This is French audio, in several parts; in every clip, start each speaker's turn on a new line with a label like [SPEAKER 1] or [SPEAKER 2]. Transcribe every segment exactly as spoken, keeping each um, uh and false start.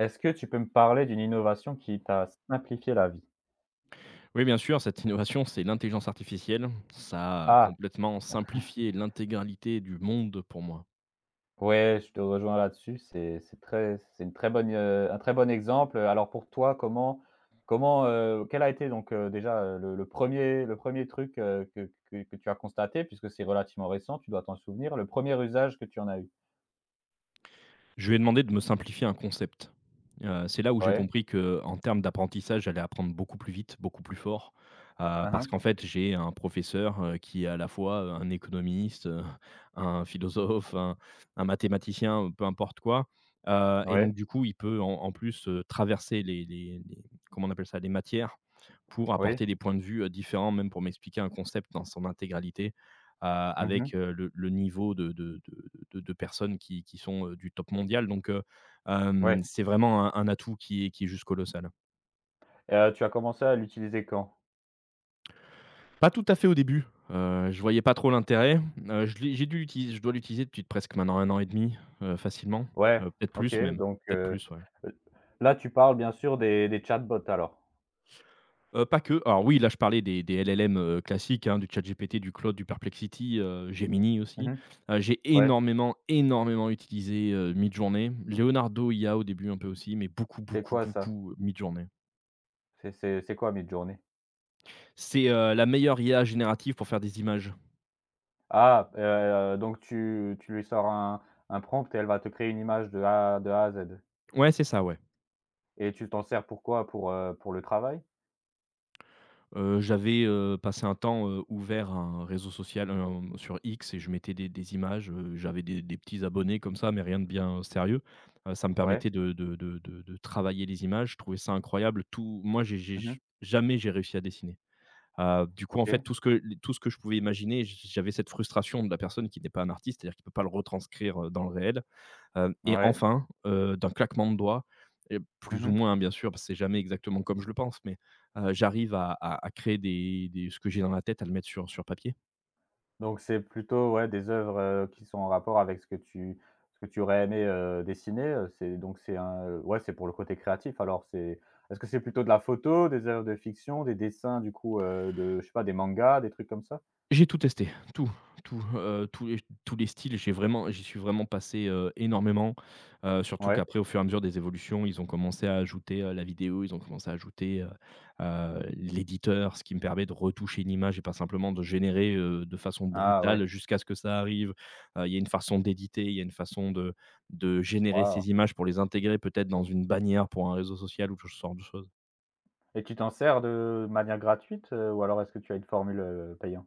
[SPEAKER 1] Est-ce que tu peux me parler d'une innovation qui t'a simplifié la vie?
[SPEAKER 2] Oui, bien sûr, cette innovation, c'est l'intelligence artificielle. Ça a
[SPEAKER 1] Ah!
[SPEAKER 2] complètement simplifié l'intégralité du monde pour moi.
[SPEAKER 1] Ouais, je te rejoins là-dessus, c'est c'est très c'est une très bonne, heu, un très bon exemple. Alors pour toi, comment comment, heu, quel a été donc, heu, déjà, heu, le le un le premier truc, heu, que que que tu as constaté? Puisque c'est relativement récent, tu dois t'en souvenir. Le premier usage que tu en as eu?
[SPEAKER 2] Je lui ai demandé de me simplifier un concept. Heu, c'est là où j'ai
[SPEAKER 1] Ouais.
[SPEAKER 2] compris que, en termes d'apprentissage, j'allais apprendre beaucoup plus vite, beaucoup plus fort, heu,
[SPEAKER 1] Hein,
[SPEAKER 2] parce
[SPEAKER 1] hein.
[SPEAKER 2] qu'en fait, j'ai un professeur, heu, qui est à la fois, euh, un économiste, heu, un philosophe, un un mathématicien, euh, peu importe quoi, heu et
[SPEAKER 1] Ouais.
[SPEAKER 2] donc du coup, il peut en en plus, heu, traverser les les les comment on appelle ça? Les matières pour
[SPEAKER 1] Oui.
[SPEAKER 2] apporter des points de vue, heu, différents, même pour m'expliquer un concept dans son intégralité a-
[SPEAKER 1] Mmh.
[SPEAKER 2] avec euh, le, le niveau de, de- de- de- de personnes qui, qui sont euh, du top mondial. Donc, euh,
[SPEAKER 1] Ouais.
[SPEAKER 2] euh, c'est vraiment un, un atout qui est, qui est juste colossal.
[SPEAKER 1] Et euh, tu as commencé à l'utiliser quand?
[SPEAKER 2] Pas tout à fait au début. Euh, je voyais pas trop l'intérêt. Euh, je, l'ai- j'ai dû l'utiliser, je dois l'utiliser depuis presque maintenant un an et demi, euh, facilement.
[SPEAKER 1] Ouais,
[SPEAKER 2] Euh, peut-être
[SPEAKER 1] OK,
[SPEAKER 2] plus même.
[SPEAKER 1] donc,
[SPEAKER 2] Peut-être
[SPEAKER 1] heu,
[SPEAKER 2] plus, ouais.
[SPEAKER 1] là tu parles bien sûr des des chatbots alors?
[SPEAKER 2] Heu, pas que. Alors oui, là, je parlais des des L L M, heu, classiques, hein, du ChatGPT, du Claude, du Perplexity, heu, Gemini aussi.
[SPEAKER 1] Mmh.
[SPEAKER 2] Heu, j'ai
[SPEAKER 1] Ouais.
[SPEAKER 2] énormément, énormément utilisé, heu, Midjourney, Leonardo I A au début un peu aussi, mais beaucoup,
[SPEAKER 1] C'est
[SPEAKER 2] beaucoup,
[SPEAKER 1] quoi ça?
[SPEAKER 2] beaucoup, heu, Midjourney.
[SPEAKER 1] C'est c'est c'est quoi Midjourney?
[SPEAKER 2] C'est, heu, la meilleure I A générative pour faire des images.
[SPEAKER 1] Ah, heu, donc tu tu lui sors un un prompt et elle va te créer une image de A de A à Z
[SPEAKER 2] Ouais, c'est ça, ouais.
[SPEAKER 1] et tu t'en sers pour quoi? Pour, heu, pour le travail?
[SPEAKER 2] Heu, j'avais, heu, passé un temps, heu, ouvert à un réseau social, hem, sur X et je mettais des des images, heu, j'avais des des petits abonnés comme ça, mais rien de bien sérieux. Heu, ça me
[SPEAKER 1] Ouais.
[SPEAKER 2] permettait de de de de de travailler les images, je trouvais ça incroyable. Tout moi, j'ai j'ai
[SPEAKER 1] Mmh.
[SPEAKER 2] jamais j'ai réussi à dessiner. Heu, du coup, en fait,
[SPEAKER 1] OK.
[SPEAKER 2] tout ce que tout ce que je pouvais imaginer, j j'avais cette frustration de la personne qui n'est pas un artiste, c'est-à-dire qui ne peut pas le retranscrire, heu, dans le réel. Hem Et
[SPEAKER 1] Ouais.
[SPEAKER 2] enfin, heu, d'un claquement de doigts et plus ou
[SPEAKER 1] Mmh.
[SPEAKER 2] moins, hein, bien sûr, parce que c'est jamais exactement comme je le pense, mais heu, j'arrive à à à créer des des ce que j'ai dans la tête, à le mettre sur sur papier.
[SPEAKER 1] Donc c'est plutôt, ouais, des œuvres, heu, qui sont en rapport avec ce que tu ce que tu aurais aimé, heu, dessiner, heu, c'est donc c'est un ouais, c'est pour le côté créatif alors c'est est-ce que c'est plutôt de la photo, des œuvres de fiction, des dessins du coup, heu, de je sais pas, des mangas, des trucs comme ça?
[SPEAKER 2] J'ai tout testé, tout, tout, heu, tous les tous les styles, j'ai vraiment j'y suis vraiment passé, heu, énormément, heu, surtout
[SPEAKER 1] Ouais.
[SPEAKER 2] qu'après, au fur et à mesure des évolutions, ils ont commencé à ajouter, heu, la vidéo, ils ont commencé à ajouter, heu heu, l'éditeur, ce qui me permet de retoucher une image et pas simplement de générer, heu, de façon
[SPEAKER 1] Ah ouais.
[SPEAKER 2] brutale jusqu'à ce que ça arrive. Heu, il y a une façon d'éditer, il y a une façon de de générer
[SPEAKER 1] Waouh!
[SPEAKER 2] ces images pour les intégrer peut-être dans une bannière pour un réseau social ou ce genre de choses.
[SPEAKER 1] Et tu t'en sers de manière gratuite, heu, ou alors est-ce que tu as une formule, heu, payant?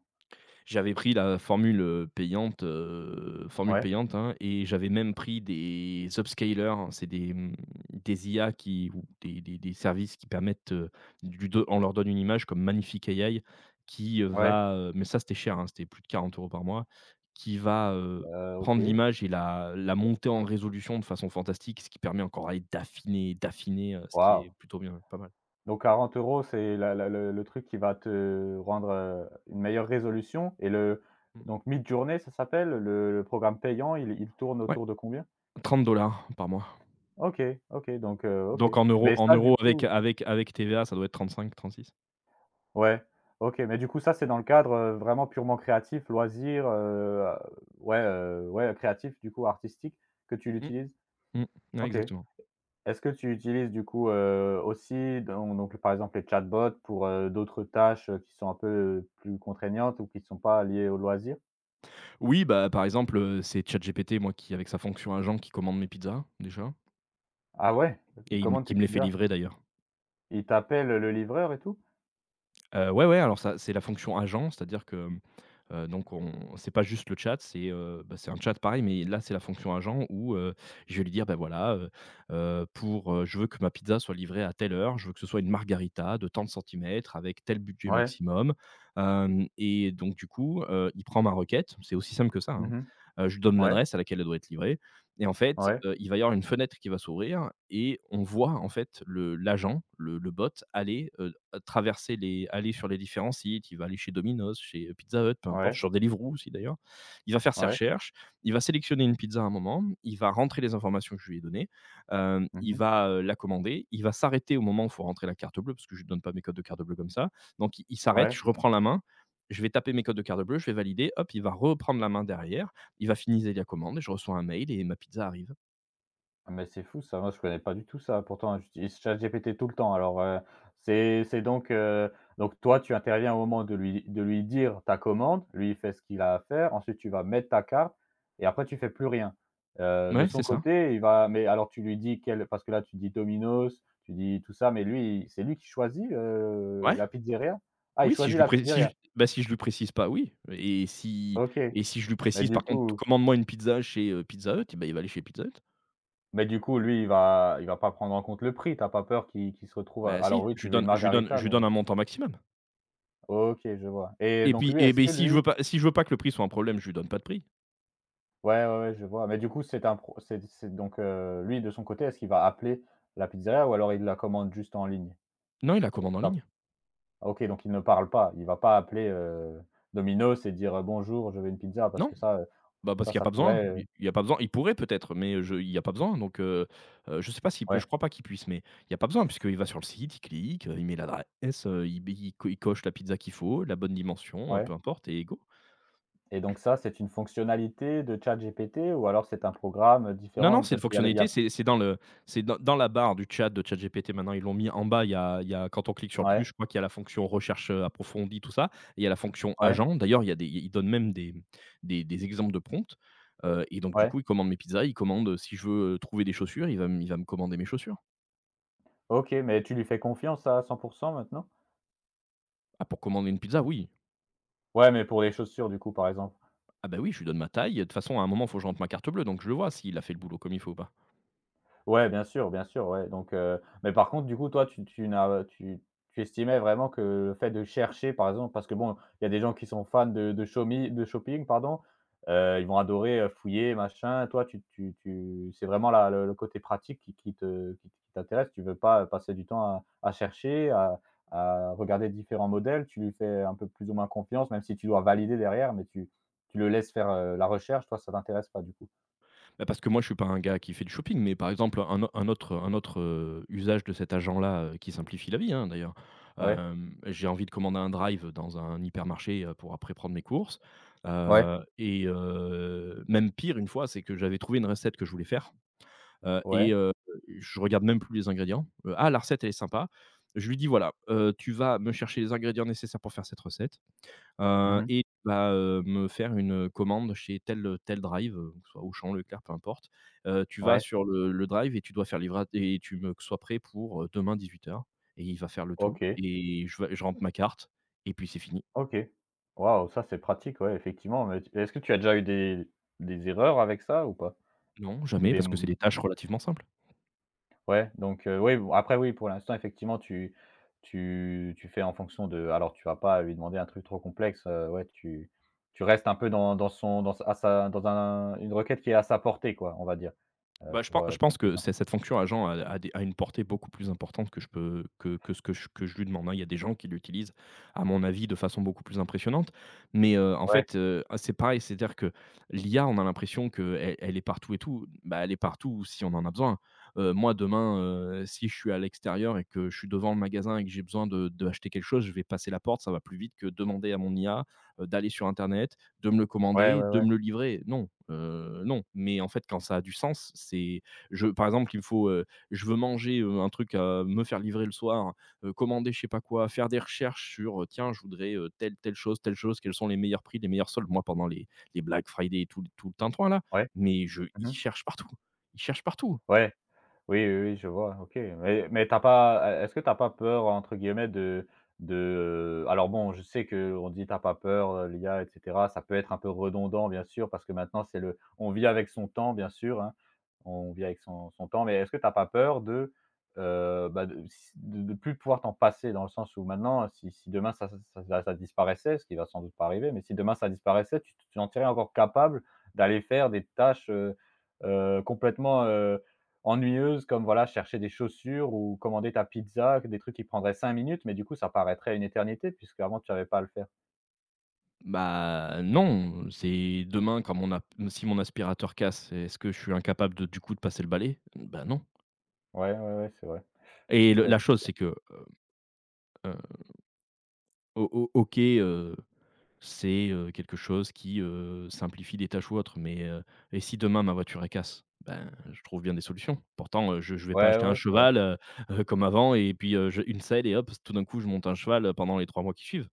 [SPEAKER 2] J'avais pris la formule, euh, payante, heu, formule
[SPEAKER 1] Ouais,
[SPEAKER 2] payante, hein, et j'avais même pris des upscalers, hein. C'est des, mmh, des I A qui ou des des des services qui permettent, heu, du de on leur donne une image comme Magnifique A I qui, euh,
[SPEAKER 1] ouais,
[SPEAKER 2] va, heu mais ça c'était cher, hein, c'était plus de quarante euros par mois, qui va, heu,
[SPEAKER 1] heu,
[SPEAKER 2] prendre
[SPEAKER 1] OK.
[SPEAKER 2] l'image et la la monter en résolution de façon fantastique, ce qui permet encore, allez, d'affiner, d'affiner, heu, ce qui
[SPEAKER 1] Waouh!
[SPEAKER 2] est plutôt bien, pas mal.
[SPEAKER 1] Donc quarante euros, c'est la la le le truc qui va te rendre, heu, une meilleure résolution et le
[SPEAKER 2] Mmh.
[SPEAKER 1] donc Midjourney ça s'appelle? Le le programme payant il il tourne
[SPEAKER 2] Ouais,
[SPEAKER 1] autour de combien?
[SPEAKER 2] trente par mois.
[SPEAKER 1] OK, OK, donc heu, OK.
[SPEAKER 2] Donc en euros
[SPEAKER 1] Mais
[SPEAKER 2] en
[SPEAKER 1] ça du
[SPEAKER 2] euros avec
[SPEAKER 1] coup
[SPEAKER 2] avec avec T V A, ça doit être trente trente-six.
[SPEAKER 1] ouais, OK, mais du coup ça c'est dans le cadre, heu, vraiment purement créatif, loisir, heu, ouais, heu, ouais créatif du coup, artistique que tu
[SPEAKER 2] Mmh,
[SPEAKER 1] l'utilises?
[SPEAKER 2] mmh, ouais,
[SPEAKER 1] OK.
[SPEAKER 2] exactement.
[SPEAKER 1] Est-ce que tu utilises du coup, heu, aussi donc donc par exemple les chatbots pour, heu, d'autres tâches, heu, qui sont un peu, heu, plus contraignantes ou qui ne sont pas liées au loisir?
[SPEAKER 2] Oui, bah, par exemple, heu, c'est ChatGPT, moi, qui avec sa fonction agent qui commande mes pizzas déjà,
[SPEAKER 1] Ah ouais? Ils
[SPEAKER 2] et il me
[SPEAKER 1] commandent
[SPEAKER 2] qui
[SPEAKER 1] tes
[SPEAKER 2] me les fait
[SPEAKER 1] pizzas?
[SPEAKER 2] livrer d'ailleurs.
[SPEAKER 1] Ils t'appellent, le livreur et tout?
[SPEAKER 2] Heu, ouais, ouais, alors ça c'est la fonction agent, c'est-à-dire que, hem, donc on c'est pas juste le chat, c'est, heu, bah, c'est un chat pareil, mais là, c'est la fonction agent où, heu, je vais lui dire: ben voilà, heu heu, pour, heu, je veux que ma pizza soit livrée à telle heure, je veux que ce soit une margarita de tant de centimètres avec tel budget
[SPEAKER 1] Ouais.
[SPEAKER 2] maximum». Hem Et donc du coup, heu, il prend ma requête, c'est aussi simple que ça,
[SPEAKER 1] Mmh
[SPEAKER 2] hein.
[SPEAKER 1] mh.
[SPEAKER 2] Heu, je lui donne
[SPEAKER 1] Ouais,
[SPEAKER 2] l'adresse à laquelle elle doit être livrée, et en fait,
[SPEAKER 1] ouais,
[SPEAKER 2] heu, il va y avoir une fenêtre qui va s'ouvrir et on voit en fait le l'agent, le le bot aller, heu, traverser les aller sur les différents sites. Il va aller chez Domino's, chez Pizza Hut, peu importe,
[SPEAKER 1] ouais,
[SPEAKER 2] sur Deliveroo aussi d'ailleurs. Il va faire ses
[SPEAKER 1] ouais.
[SPEAKER 2] recherches, il va sélectionner une pizza à un moment, il va rentrer les informations que je lui ai données, hem, il
[SPEAKER 1] Mmh.
[SPEAKER 2] va, heu, la commander, il va s'arrêter au moment où il faut rentrer la carte bleue parce que je ne donne pas mes codes de carte bleue comme ça. Donc il il s'arrête,
[SPEAKER 1] Ouais.
[SPEAKER 2] je reprends la main, je vais taper mes codes de carte bleue, je vais valider, hop, il va reprendre la main derrière, il va finaliser la commande et je reçois un mail et ma pizza arrive.
[SPEAKER 1] Ah, mais c'est fou ça, moi je connais pas du tout ça. Pourtant j'utilise ChatGPT tout le temps. Alors, heu, c'est c'est donc, heu, donc toi tu interviens au moment de lui de lui dire ta commande, lui il fait ce qu'il a à faire, ensuite tu vas mettre ta carte et après tu fais plus rien. Heu, de
[SPEAKER 2] Ouais,
[SPEAKER 1] son
[SPEAKER 2] c'est ça.
[SPEAKER 1] côté, il va mais alors tu lui dis quel parce que là tu dis Domino's, tu dis tout ça, mais lui il c'est lui qui choisit, heu,
[SPEAKER 2] Ouais,
[SPEAKER 1] la pizzeria? Ah il
[SPEAKER 2] oui, si
[SPEAKER 1] choisit
[SPEAKER 2] je lui
[SPEAKER 1] la
[SPEAKER 2] pré si je
[SPEAKER 1] pizzeria?
[SPEAKER 2] bah, si je lui précise pas, oui, et si
[SPEAKER 1] OK.
[SPEAKER 2] et si je lui
[SPEAKER 1] Mais
[SPEAKER 2] précise
[SPEAKER 1] du
[SPEAKER 2] par contre:
[SPEAKER 1] coup
[SPEAKER 2] «Commande-moi une pizza chez, heu, Pizza Hut», eh bah, il va aller chez Pizza Hut.
[SPEAKER 1] mais du coup lui il va il va pas prendre en compte le prix, t'as pas peur qu'il qu'il se retrouve, heu
[SPEAKER 2] Bah,
[SPEAKER 1] alors
[SPEAKER 2] si,
[SPEAKER 1] oui
[SPEAKER 2] je
[SPEAKER 1] tu
[SPEAKER 2] lui
[SPEAKER 1] veux une
[SPEAKER 2] donne je lui donne
[SPEAKER 1] margarita
[SPEAKER 2] je lui donne
[SPEAKER 1] mais
[SPEAKER 2] un montant maximum,
[SPEAKER 1] OK, je vois et
[SPEAKER 2] et
[SPEAKER 1] donc
[SPEAKER 2] puis,
[SPEAKER 1] lui,
[SPEAKER 2] et
[SPEAKER 1] est-ce
[SPEAKER 2] ben,
[SPEAKER 1] que
[SPEAKER 2] si je veux
[SPEAKER 1] lui
[SPEAKER 2] pas si je veux pas que le prix soit un problème, je lui donne pas de prix.
[SPEAKER 1] ouais, ouais, ouais, je vois, mais du coup, c'est un pro c'est c'est donc heu, lui, de son côté, est-ce qu'il va appeler la pizzeria ou alors il la commande juste en ligne?
[SPEAKER 2] Non, il la commande en ligne.
[SPEAKER 1] Ah OK, donc il ne parle pas, il va pas appeler, heu, Domino's et dire, heu: «Bonjour, je veux une pizza» parce
[SPEAKER 2] Non.
[SPEAKER 1] que ça, heu,
[SPEAKER 2] Bah, parce
[SPEAKER 1] ça,
[SPEAKER 2] qu'il y a
[SPEAKER 1] ça
[SPEAKER 2] pas besoin.
[SPEAKER 1] pourrait, heu
[SPEAKER 2] Il il y a pas besoin. Il pourrait peut-être, mais je il y a pas besoin donc heu heu, je sais pas, si je
[SPEAKER 1] ouais,
[SPEAKER 2] crois pas qu'il puisse, mais il y a pas besoin puisqu'il va sur le site, il clique, heu, il met l'adresse, heu, il il co il coche la pizza qu'il faut, la bonne dimension, heu,
[SPEAKER 1] ouais
[SPEAKER 2] peu importe, et go.
[SPEAKER 1] et donc ça, c'est une fonctionnalité de ChatGPT ou alors c'est un programme
[SPEAKER 2] Non,
[SPEAKER 1] différent?
[SPEAKER 2] non, c'est
[SPEAKER 1] Parce
[SPEAKER 2] une
[SPEAKER 1] qu'il y a le il y
[SPEAKER 2] fonctionnalité,
[SPEAKER 1] a
[SPEAKER 2] c'est c'est dans le c'est dans dans la barre du chat de ChatGPT maintenant, ils l'ont mis en bas, il y a il y a quand on clique sur le plus,
[SPEAKER 1] ouais,
[SPEAKER 2] je crois qu'il y a la fonction recherche, heu, approfondie, tout ça, et il y a la fonction
[SPEAKER 1] ouais,
[SPEAKER 2] agent. D'ailleurs, il y a des ils donnent même des des des exemples de prompts, heu, et donc du
[SPEAKER 1] ouais.
[SPEAKER 2] coup, il commande mes pizzas, il commande, heu, si je veux, heu, trouver des chaussures, il va me il va me commander mes chaussures.
[SPEAKER 1] OK, mais tu lui fais confiance à cent maintenant?
[SPEAKER 2] Ah, pour commander une pizza, oui.
[SPEAKER 1] Ouais, mais pour les chaussures, du coup, par exemple.
[SPEAKER 2] Ah bah oui, je lui donne ma taille, de toute façon, à un moment, il faut que je rentre ma carte bleue, donc je le vois s'il a fait le boulot comme il faut ou pas.
[SPEAKER 1] Ouais, bien sûr, bien sûr, ouais, donc heu, mais par contre, du coup, toi, tu tu n'as tu tu estimais vraiment que le fait de chercher, par exemple parce que bon, il y a des gens qui sont fans de de shomi de shopping, pardon, heu, ils vont adorer, heu, fouiller, machin. Toi, tu tu tu c'est vraiment la le le côté pratique qui qui te qui qui t'intéresse. Tu veux pas passer du temps à à chercher, à à regarder différents modèles. Tu lui fais un peu plus ou moins confiance, même si tu dois valider derrière, mais tu tu le laisses faire, heu, la recherche. Toi, ça t'intéresse pas, du coup?
[SPEAKER 2] Bah, parce que moi, je suis pas un gars qui fait du shopping, mais par exemple, un au un autre un autre, heu, usage de cet agent-là, heu, qui simplifie la vie, hein, d'ailleurs.
[SPEAKER 1] Ouais,
[SPEAKER 2] Hem, j'ai envie de commander un drive dans un hypermarché, heu, pour après prendre mes courses,
[SPEAKER 1] ouais,
[SPEAKER 2] heu et heu, même pire, une fois, c'est que j'avais trouvé une recette que je voulais faire, heu
[SPEAKER 1] ouais.
[SPEAKER 2] et heu, je regarde même plus les ingrédients. Heu, ah, la recette, elle est sympa. Je lui dis: «Voilà, heu, tu vas me chercher les ingrédients nécessaires pour faire cette recette». Heu
[SPEAKER 1] Mmh.
[SPEAKER 2] et bah, heu, me faire une commande chez tel, tel drive, heu, que ce soit Auchan, Leclerc, peu importe. Heu, tu vas
[SPEAKER 1] Ouais.
[SPEAKER 2] sur le le drive et tu dois faire livrer et tu me sois prêt pour, heu, demain dix-huit heures, et il va faire le tout
[SPEAKER 1] OK,
[SPEAKER 2] et je vais je rentre ma carte et puis c'est fini.
[SPEAKER 1] OK. Waouh, ça c'est pratique, ouais, effectivement, mais tu est-ce que tu as déjà eu des des erreurs avec ça ou pas?
[SPEAKER 2] Non,
[SPEAKER 1] Ou
[SPEAKER 2] jamais,
[SPEAKER 1] des
[SPEAKER 2] parce que c'est
[SPEAKER 1] m
[SPEAKER 2] des tâches relativement simples.
[SPEAKER 1] ouais, donc heu, oui, bon, après oui, pour l'instant, effectivement, tu tu tu fais en fonction de alors tu vas pas lui demander un truc trop complexe, heu, ouais, tu tu restes un peu dans dans son dans sa à sa dans un une requête qui est à sa portée, quoi, on va dire, heu,
[SPEAKER 2] Bah, je pen
[SPEAKER 1] pour, heu,
[SPEAKER 2] je
[SPEAKER 1] pour
[SPEAKER 2] pense
[SPEAKER 1] cet
[SPEAKER 2] que
[SPEAKER 1] exemple.
[SPEAKER 2] c'est cette fonction agent a a des a une portée beaucoup plus importante que je peux que que ce que je que je lui demande, hein. Il y a des gens qui l'utilisent, à mon avis, de façon beaucoup plus impressionnante. Mais, heu, en
[SPEAKER 1] Ouais,
[SPEAKER 2] fait, heu, c'est pareil, c'est-à-dire que l'I A, on a l'impression qu'elle elle est partout et tout. Bah, elle est partout si on en a besoin. Heu, moi, demain, heu, si je suis à l'extérieur et que je suis devant le magasin et que j'ai besoin d'acheter de de acheter quelque chose, je vais passer la porte, ça va plus vite que demander à mon I A, heu, d'aller sur internet, de me le
[SPEAKER 1] ouais,
[SPEAKER 2] commander,
[SPEAKER 1] ouais,
[SPEAKER 2] de
[SPEAKER 1] ouais.
[SPEAKER 2] me le livrer. Non, heu, non, mais en fait, quand ça a du sens, c'est je par exemple, il me faut, heu, je veux manger, heu, un truc, heu, me faire livrer le soir, heu, commander je sais pas quoi, faire des recherches sur, heu, tiens, je voudrais, heu, telle telle chose, telle chose, quels sont les meilleurs prix, les meilleurs soldes, moi pendant les les Black Friday et tout tout le tintouin là,
[SPEAKER 1] Ouais.
[SPEAKER 2] mais je ils
[SPEAKER 1] Mmh.
[SPEAKER 2] cherchent partout, ils cherchent partout.
[SPEAKER 1] Ouais. Oui, oui, oui, je vois, OK. Mais mais t'as pas e est-ce que t'as pas peur, entre guillemets, de de alors bon, je sais que on dit: t'as pas peur, heu, l'I A» et cetera. Ça peut être un peu redondant, bien sûr, parce que maintenant c'est le on vit avec son temps, bien sûr, hein. On vit avec son son temps, mais est-ce que t'as pas peur de, heu, bah, de s de de plus pouvoir t'en passer? Dans le sens où maintenant, si si demain ça ça ça ça ça disparaissait, ce qui va sans doute pas arriver, mais si demain ça disparaissait, tu tu t'en sentirais encore capable d'aller faire des tâches, heu heu, complètement, euh, ennuyeuse comme voilà, chercher des chaussures ou commander ta pizza, des trucs qui prendraient cinq minutes, mais du coup, ça paraîtrait une éternité puisqu'avant tu avais pas à le faire.
[SPEAKER 2] Bah, non, c'est demain quand mon ap si mon aspirateur casse, est-ce que je suis incapable de du coup de passer le balai? Bah, non,
[SPEAKER 1] Ouais, ouais, ouais, c'est vrai.
[SPEAKER 2] et
[SPEAKER 1] C'est
[SPEAKER 2] le
[SPEAKER 1] très
[SPEAKER 2] la chose c'est que O o OK, heu, c'est, heu, quelque chose qui, heu, simplifie des tâches ou autre, mais, heu, et si demain ma voiture elle casse? Ben, je trouve bien des solutions. Pourtant, heu, je je vais pas
[SPEAKER 1] ouais,
[SPEAKER 2] acheter un
[SPEAKER 1] ouais, c'est vrai.
[SPEAKER 2] cheval, heu heu, comme avant et puis, heu, je une selle et hop, tout d'un coup je monte un cheval pendant les trois mois qui suivent.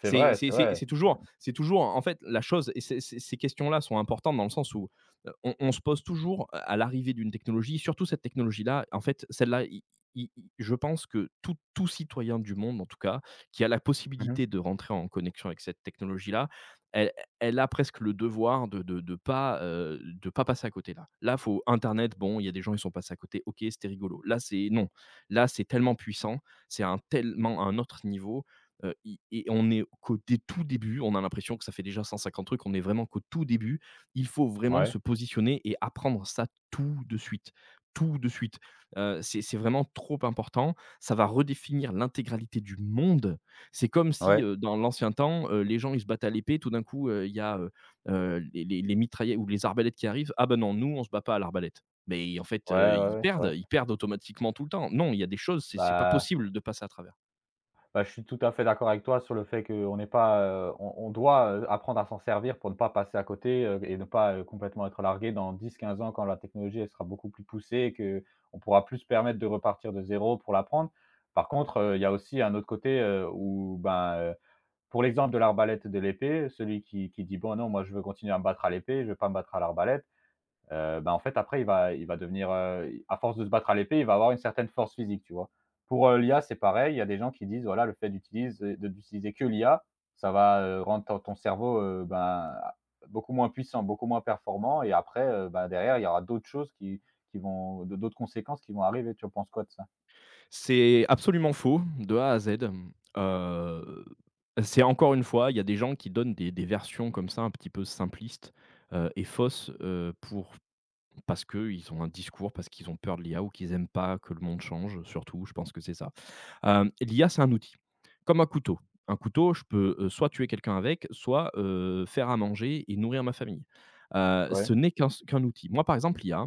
[SPEAKER 1] C'est
[SPEAKER 2] c'est
[SPEAKER 1] vrai,
[SPEAKER 2] c'est-
[SPEAKER 1] c'est
[SPEAKER 2] c'est-
[SPEAKER 1] vrai.
[SPEAKER 2] c'est toujours, c'est toujours, en fait, la chose, et c est, ces questions-là sont importantes dans le sens où euh, on, on se pose toujours à l'arrivée d'une technologie, surtout cette technologie-là, en fait, celle-là, i- i- i- je pense que tout, tout citoyen du monde, en tout cas, qui a la
[SPEAKER 1] Mmh
[SPEAKER 2] possibilité
[SPEAKER 1] mh.
[SPEAKER 2] de rentrer en connexion avec cette technologie-là, elle, elle a presque le devoir de de, de pas, euh, de pas passer à côté là. Là, faut Internet, bon, il y a des gens qui sont passés à côté, ok, c'était rigolo. Là, c'est non. Là, c'est tellement puissant, c'est un tellement un autre niveau. Heu, i Et on est qu'au dé tout début, on a l'impression que ça fait déjà cent cinquante trucs, on est vraiment qu'au tout début. Il faut vraiment
[SPEAKER 1] Ouais,
[SPEAKER 2] se positionner et apprendre ça tout de suite, tout de suite. Heu, c'est c'est vraiment trop important. Ça va redéfinir l'intégralité du monde. C'est comme si,
[SPEAKER 1] ouais,
[SPEAKER 2] heu, dans l'ancien temps, heu, les gens, ils se battaient à l'épée, tout d'un coup, heu, il y a, heu heu, les les les mitraillettes ou les arbalètes qui arrivent. «Ah ben non, nous, on se bat pas à l'arbalète». Mais en fait,
[SPEAKER 1] ouais,
[SPEAKER 2] heu,
[SPEAKER 1] ouais,
[SPEAKER 2] ils
[SPEAKER 1] ouais, c'est vrai.
[SPEAKER 2] perdent ils perdent automatiquement tout le temps. Non, il y a des choses, c'est c'est pas
[SPEAKER 1] Bah
[SPEAKER 2] possible de passer à travers.
[SPEAKER 1] bah, je suis tout à fait d'accord avec toi sur le fait qu'on n'est pas, heu, on on doit, heu, apprendre à s'en servir pour ne pas passer à côté, heu, et ne pas, heu, complètement être largué dans dix quinze ans quand la technologie, elle sera beaucoup plus poussée et que on pourra plus se permettre de repartir de zéro pour l'apprendre. Par contre, heu, il y a aussi un autre côté, heu, où ben, heu, pour l'exemple de l'arbalète et de l'épée, celui qui qui dit: «Bon non, moi je veux continuer à me battre à l'épée, je ne veux pas me battre à l'arbalète». Heu, bah, en fait, après, il va il va devenir, heu, à force de se battre à l'épée, il va avoir une certaine force physique, tu vois? Pour, heu, l'I A, c'est pareil. Il y a des gens qui disent: «Voilà, le fait d'utiliser de d'utiliser que l'I A, ça va, heu, rendre ton ton cerveau, heu, bah, beaucoup moins puissant, beaucoup moins performant» et après, heu, bah, derrière, il y aura d'autres choses qui qui vont d'autres conséquences qui vont arriver. Tu en penses quoi de ça?
[SPEAKER 2] C'est absolument faux, de A à Z. Heu, c'est Encore une fois, il y a des gens qui donnent des des versions comme ça un petit peu simplistes, heu et fausses, heu, pour parce qu'ils ont un discours, parce qu'ils ont peur de l'I A ou qu'ils aiment pas que le monde change, surtout, je pense que c'est ça. Hem, L'I A, c'est un outil, comme un couteau. Un couteau, je peux, heu, soit tuer quelqu'un avec, soit, heu, faire à manger et nourrir ma famille. Heu,
[SPEAKER 1] Ouais.
[SPEAKER 2] ce n'est qu'un qu'un outil. Moi, par exemple, l'I A.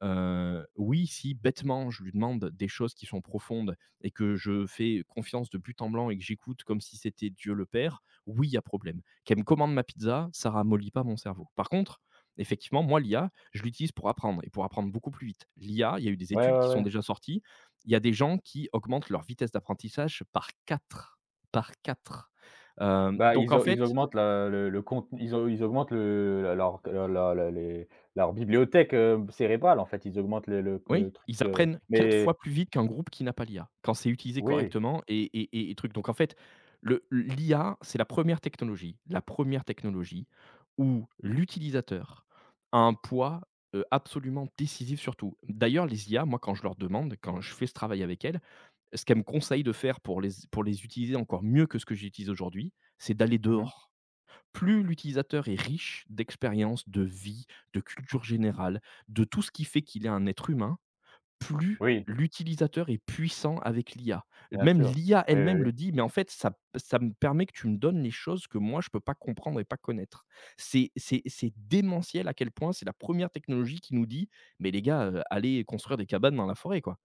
[SPEAKER 2] Heu, oui, si bêtement je lui demande des choses qui sont profondes et que je fais confiance de but en blanc et que j'écoute comme si c'était Dieu le père, oui, il y a problème. Qu'elle me commande ma pizza, ça ramollit pas mon cerveau. Par contre, effectivement, moi l'I A, je l'utilise pour apprendre et pour apprendre beaucoup plus vite. L'I A, il y a eu des
[SPEAKER 1] Ouais,
[SPEAKER 2] études
[SPEAKER 1] ouais,
[SPEAKER 2] qui
[SPEAKER 1] ouais.
[SPEAKER 2] sont déjà sorties. Il y a des gens qui augmentent leur vitesse d'apprentissage par quatre, par quatre. Hem,
[SPEAKER 1] Bah,
[SPEAKER 2] donc
[SPEAKER 1] ils
[SPEAKER 2] en
[SPEAKER 1] au ils
[SPEAKER 2] fait,
[SPEAKER 1] augmentent la le le contenu ils au ils augmentent le la leur leur la les leur bibliothèque, heu, cérébrale, en fait. Ils augmentent le le
[SPEAKER 2] Oui,
[SPEAKER 1] le truc,
[SPEAKER 2] ils
[SPEAKER 1] heu
[SPEAKER 2] apprennent quatre
[SPEAKER 1] mais
[SPEAKER 2] fois plus vite qu'un groupe qui n'a pas l'I A, quand c'est utilisé
[SPEAKER 1] oui.
[SPEAKER 2] correctement et et et et truc. Donc en fait, le l'I A, c'est la première technologie, la première technologie où l'utilisateur a un poids, heu, absolument décisif sur tout. D'ailleurs, les I A, moi, quand je leur demande, quand je fais ce travail avec elles, ce qu'elles me conseillent de faire pour les pour les utiliser encore mieux que ce que j'utilise aujourd'hui, c'est d'aller
[SPEAKER 1] Mmh.
[SPEAKER 2] dehors. Plus l'utilisateur est riche d'expériences, de vie, de culture générale, de tout ce qui fait qu'il est un être humain, plus
[SPEAKER 1] Oui,
[SPEAKER 2] l'utilisateur est puissant avec l'I A.
[SPEAKER 1] bien
[SPEAKER 2] Même
[SPEAKER 1] sûr.
[SPEAKER 2] l'I A
[SPEAKER 1] Oui, oui,
[SPEAKER 2] elle-même
[SPEAKER 1] oui.
[SPEAKER 2] le dit, mais en fait, ça ça me permet que tu me donnes les choses que moi je ne peux pas comprendre et pas connaître. C'est c'est c'est démentiel à quel point c'est la première technologie qui nous dit: «Mais les gars, heu, allez construire des cabanes dans la forêt, quoi».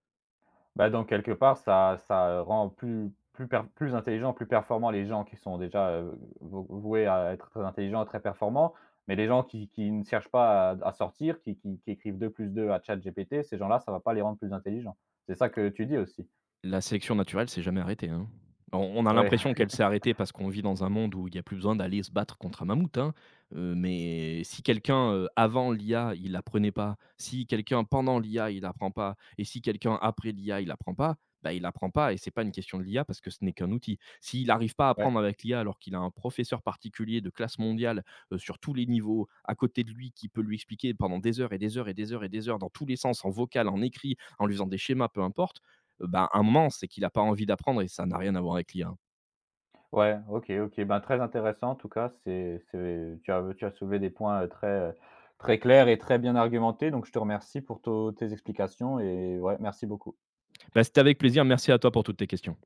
[SPEAKER 1] Bah, donc quelque part, ça ça rend plus plus per plus intelligent, plus performant les gens qui sont déjà, heu, vou voués à être très intelligents, très performants. Mais les gens qui qui ne cherchent pas à à sortir, qui qui qui écrivent deux plus deux à ChatGPT, ces gens-là, ça va pas les rendre plus intelligents. C'est ça que tu dis aussi?
[SPEAKER 2] La sélection naturelle s'est jamais arrêtée, hein. On on a
[SPEAKER 1] Ouais,
[SPEAKER 2] l'impression qu'elle s'est arrêtée parce qu'on vit dans un monde où il n'y a plus besoin d'aller se battre contre un mammouth, hein, heu, mais si quelqu'un, heu, avant l'I A, il apprenait pas, si quelqu'un pendant l'I A, il apprend pas et si quelqu'un après l'I A, il apprend pas, bah, il apprend pas et c'est pas une question de l'I A parce que ce n'est qu'un outil. S'il n'arrive pas à
[SPEAKER 1] ouais,
[SPEAKER 2] apprendre avec l'I A alors qu'il a un professeur particulier de classe mondiale, heu, sur tous les niveaux, à côté de lui, qui peut lui expliquer pendant des heures et des heures et des heures et des heures dans tous les sens, en vocal, en écrit, en lui faisant des schémas, peu importe. Heu, bah, un moment, c'est qu'il a pas envie d'apprendre et ça n'a rien à voir avec l'I A.
[SPEAKER 1] ouais, OK, OK. Ben, très intéressant en tout cas, c'est c'est tu as tu as soulevé des points, heu, très, heu, très clairs et très bien argumentés. Donc je te remercie pour to tes explications et ouais, merci beaucoup.
[SPEAKER 2] Bah, c'était avec plaisir. Merci à toi pour toutes tes questions.